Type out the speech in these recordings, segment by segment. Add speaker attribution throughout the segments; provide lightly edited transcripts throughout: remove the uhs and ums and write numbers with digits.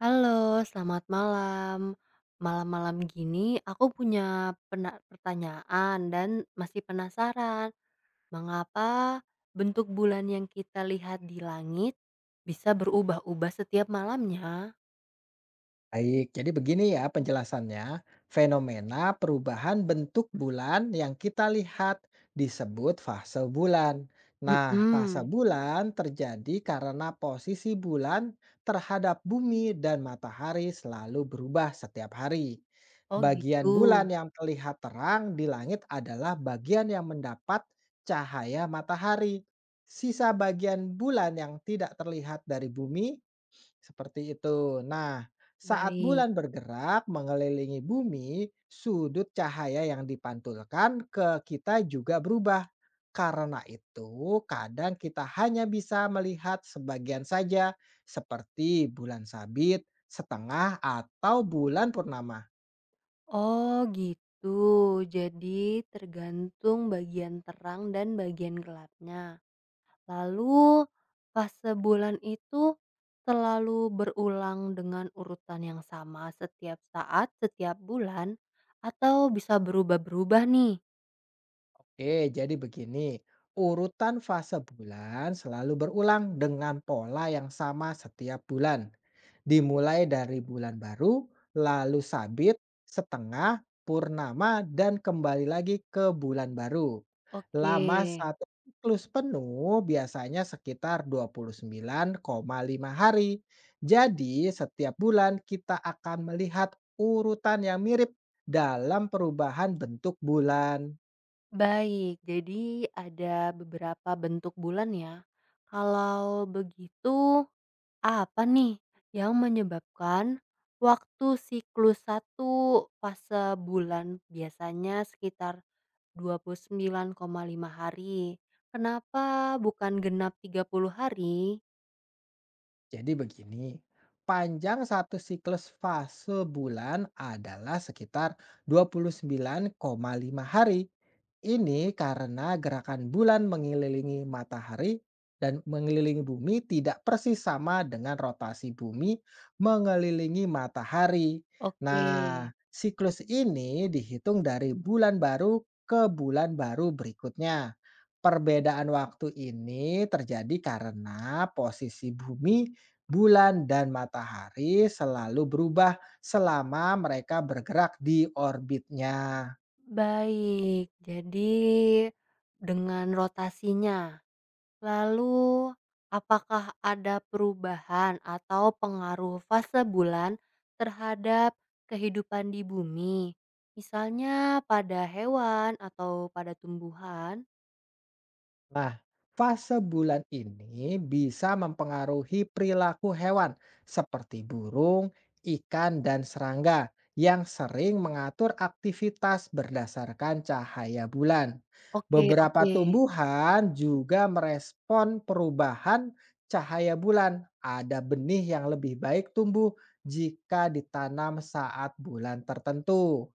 Speaker 1: Halo, selamat malam. Malam-malam gini aku punya pertanyaan dan masih penasaran. Mengapa bentuk bulan yang kita lihat di langit bisa berubah-ubah setiap malamnya?
Speaker 2: Baik, jadi begini ya penjelasannya. Fenomena perubahan bentuk bulan yang kita lihat disebut fase bulan. Nah, fase
Speaker 1: Mhm.
Speaker 2: bulan terjadi karena posisi bulan terhadap bumi dan matahari selalu berubah setiap hari.
Speaker 1: Oh gitu.
Speaker 2: Bagian bulan yang terlihat terang di langit adalah bagian yang mendapat cahaya matahari. Sisa bagian bulan yang tidak terlihat dari bumi seperti itu. Nah, saat
Speaker 1: Baik.
Speaker 2: bulan bergerak mengelilingi bumi, sudut cahaya yang dipantulkan ke kita juga berubah. Karena itu, kadang kita hanya bisa melihat sebagian saja, seperti bulan sabit, setengah, atau bulan purnama.
Speaker 1: Oh gitu. Jadi tergantung bagian terang dan bagian gelapnya. Lalu pas sebulan itu selalu berulang dengan urutan yang sama setiap saat, setiap bulan, atau bisa berubah-berubah nih?
Speaker 2: Oke, jadi begini. Urutan fase bulan selalu berulang dengan pola yang sama setiap bulan. Dimulai dari bulan baru, lalu sabit, setengah, purnama, dan kembali lagi ke bulan baru.
Speaker 1: Oke,
Speaker 2: Lama satu siklus penuh biasanya sekitar 29,5 hari. Jadi setiap bulan kita akan melihat urutan yang mirip dalam perubahan bentuk bulan.
Speaker 1: baik. Jadi ada beberapa bentuk bulan ya. Kalau begitu apa nih yang menyebabkan waktu siklus satu fase bulan biasanya sekitar 29,5 hari. Kenapa bukan genap 30 hari?
Speaker 2: Jadi begini, panjang satu siklus fase bulan adalah sekitar 29,5 hari. Ini karena gerakan bulan mengelilingi matahari dan mengelilingi bumi tidak persis sama dengan rotasi bumi mengelilingi matahari.
Speaker 1: Oke,
Speaker 2: Nah, siklus ini dihitung dari bulan baru ke bulan baru berikutnya. Perbedaan waktu ini terjadi karena posisi bumi, bulan, dan matahari selalu berubah selama mereka bergerak di orbitnya.
Speaker 1: baik. Jadi dengan rotasinya. Lalu apakah ada perubahan atau pengaruh fase bulan terhadap kehidupan di bumi? Misalnya pada hewan atau pada tumbuhan?
Speaker 2: Nah, fase bulan ini bisa mempengaruhi perilaku hewan seperti burung, ikan, dan serangga yang sering mengatur aktivitas berdasarkan cahaya bulan.
Speaker 1: Oke,
Speaker 2: Beberapa
Speaker 1: oke,
Speaker 2: tumbuhan juga merespon perubahan cahaya bulan. Ada benih yang lebih baik tumbuh jika ditanam saat bulan tertentu.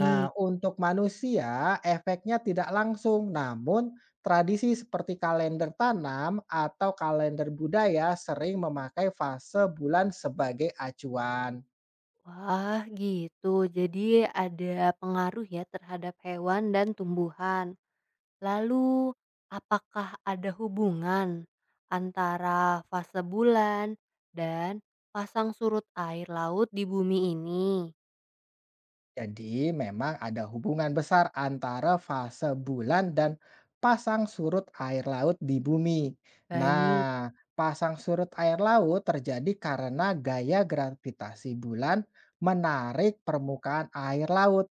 Speaker 2: Nah, untuk manusia, efeknya tidak langsung, namun tradisi seperti kalender tanam atau kalender budaya sering memakai fase bulan sebagai acuan.
Speaker 1: Wah, gitu. Jadi ada pengaruh ya terhadap hewan dan tumbuhan. Lalu, apakah ada hubungan antara fase bulan dan pasang surut air laut di bumi ini?
Speaker 2: Jadi, memang ada hubungan besar antara fase bulan dan pasang surut air laut di bumi.
Speaker 1: Baik.
Speaker 2: Nah, pasang surut air laut terjadi karena gaya gravitasi bulan menarik permukaan air laut.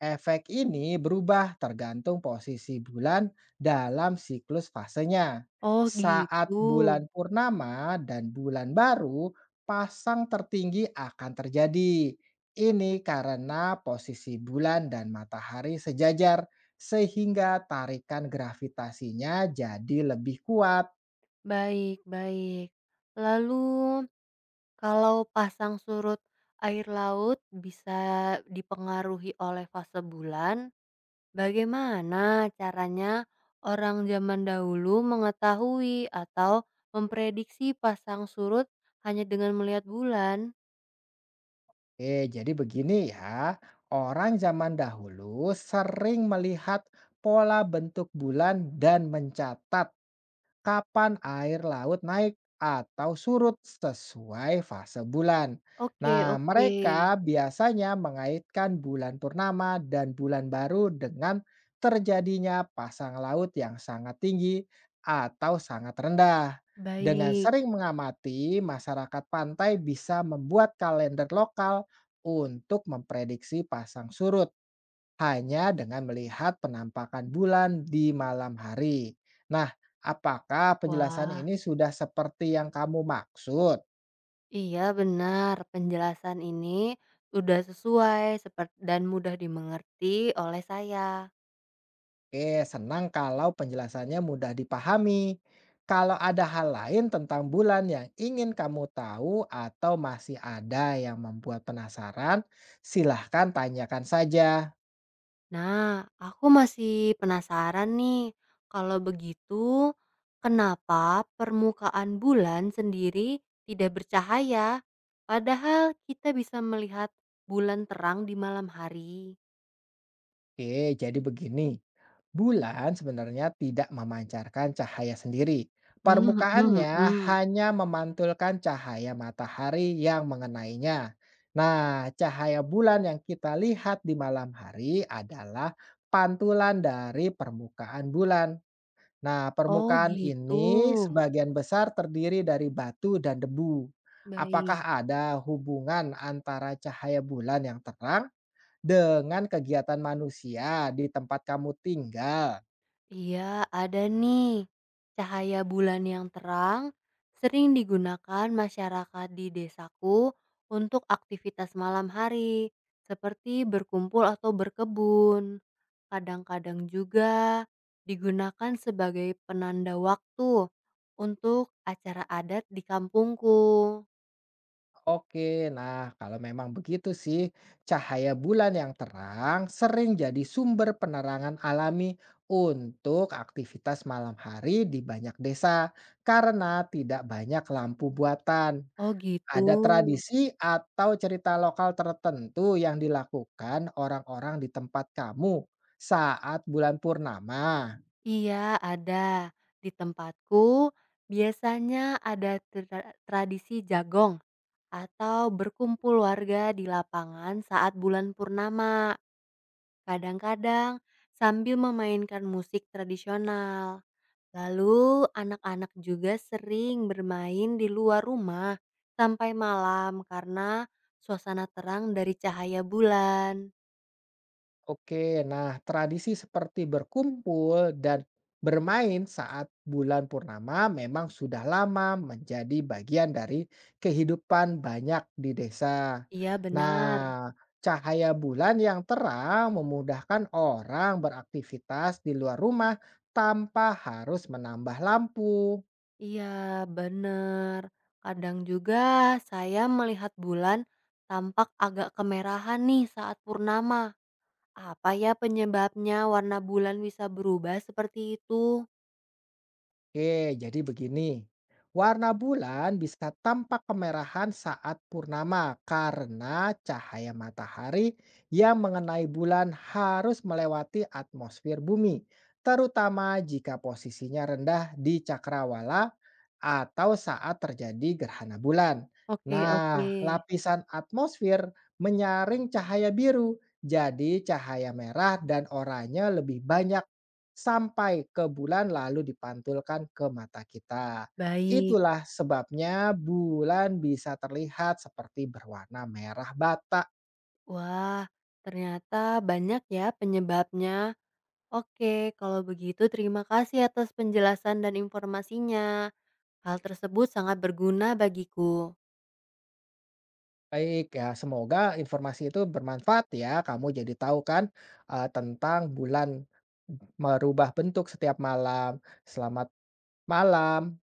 Speaker 2: Efek ini berubah tergantung posisi bulan dalam siklus fasenya.
Speaker 1: Oh,
Speaker 2: Saat
Speaker 1: gitu.
Speaker 2: bulan purnama dan bulan baru, pasang tertinggi akan terjadi. Ini karena posisi bulan dan matahari sejajar, sehingga tarikan gravitasinya jadi lebih kuat.
Speaker 1: Baik, baik. Lalu, kalau pasang surut air laut bisa dipengaruhi oleh fase bulan, bagaimana caranya orang zaman dahulu mengetahui atau memprediksi pasang surut hanya dengan melihat bulan?
Speaker 2: Jadi begini ya, orang zaman dahulu sering melihat pola bentuk bulan dan mencatat kapan air laut naik atau surut sesuai fase bulan.
Speaker 1: Oke,
Speaker 2: Nah,
Speaker 1: oke,
Speaker 2: mereka biasanya mengaitkan bulan purnama dan bulan baru dengan terjadinya pasang laut yang sangat tinggi atau sangat rendah. Dengan
Speaker 1: baik.
Speaker 2: sering mengamati, masyarakat pantai bisa membuat kalender lokal untuk memprediksi pasang surut hanya dengan melihat penampakan bulan di malam hari. Nah, apakah penjelasan
Speaker 1: Wah,
Speaker 2: ini sudah seperti yang kamu maksud?
Speaker 1: iya benar penjelasan ini sudah sesuai sepert dan mudah dimengerti oleh saya.
Speaker 2: Oke, senang kalau penjelasannya mudah dipahami. Kalau ada hal lain tentang bulan yang ingin kamu tahu atau masih ada yang membuat penasaran, silahkan tanyakan saja.
Speaker 1: Nah, aku masih penasaran nih, kalau begitu, kenapa permukaan bulan sendiri tidak bercahaya, padahal kita bisa melihat bulan terang di malam hari?
Speaker 2: Oke, jadi begini. Bulan sebenarnya tidak memancarkan cahaya sendiri.
Speaker 1: Hmm, hmm, hmm,
Speaker 2: Permukaannya
Speaker 1: hmm.
Speaker 2: hanya memantulkan cahaya matahari yang mengenainya. Nah, cahaya bulan yang kita lihat di malam hari adalah pantulan dari permukaan bulan. Nah,
Speaker 1: Oh
Speaker 2: permukaan
Speaker 1: gitu,
Speaker 2: ini sebagian besar terdiri dari batu dan debu.
Speaker 1: baik.
Speaker 2: Apakah ada hubungan antara cahaya bulan yang terang dengan kegiatan manusia di tempat kamu tinggal?
Speaker 1: Iya, ada nih. Cahaya bulan yang terang sering digunakan masyarakat di desaku untuk aktivitas malam hari, seperti berkumpul atau berkebun. Kadang-kadang juga digunakan sebagai penanda waktu untuk acara adat di kampungku.
Speaker 2: Oke, nah kalau memang begitu sih, cahaya bulan yang terang sering jadi sumber penerangan alami untuk aktivitas malam hari di banyak desa karena tidak banyak lampu buatan.
Speaker 1: Oh gitu.
Speaker 2: Ada tradisi atau cerita lokal tertentu yang dilakukan orang-orang di tempat kamu saat bulan purnama?
Speaker 1: Iya, ada. Di tempatku biasanya ada tradisi jagong atau berkumpul warga di lapangan saat bulan purnama, kadang-kadang sambil memainkan musik tradisional. Lalu, anak-anak juga sering bermain di luar rumah sampai malam karena suasana terang dari cahaya bulan.
Speaker 2: Oke, nah tradisi seperti berkumpul dan bermain saat bulan purnama memang sudah lama menjadi bagian dari kehidupan banyak di desa.
Speaker 1: Iya,
Speaker 2: Nah,
Speaker 1: benar.
Speaker 2: cahaya bulan yang terang memudahkan orang beraktivitas di luar rumah tanpa harus menambah lampu.
Speaker 1: Iya, benar. Kadang juga saya melihat bulan tampak agak kemerahan nih saat purnama. Apa ya penyebabnya warna bulan bisa berubah seperti itu?
Speaker 2: Oke, jadi begini. Warna bulan bisa tampak kemerahan saat purnama karena cahaya matahari yang mengenai bulan harus melewati atmosfer bumi, terutama jika posisinya rendah di cakrawala atau saat terjadi gerhana bulan.
Speaker 1: Oke, oke.
Speaker 2: Nah, lapisan atmosfer menyaring cahaya biru, jadi cahaya merah dan oranye lebih banyak sampai ke bulan lalu dipantulkan ke mata kita.
Speaker 1: Baik.
Speaker 2: Itulah sebabnya bulan bisa terlihat seperti berwarna merah bata.
Speaker 1: Wah, ternyata banyak ya penyebabnya. Oke, kalau begitu terima kasih atas penjelasan dan informasinya. Hal tersebut sangat berguna bagiku.
Speaker 2: Baik ya, semoga informasi itu bermanfaat ya. Kamu jadi tahu kan tentang bulan merubah bentuk setiap malam. Selamat malam.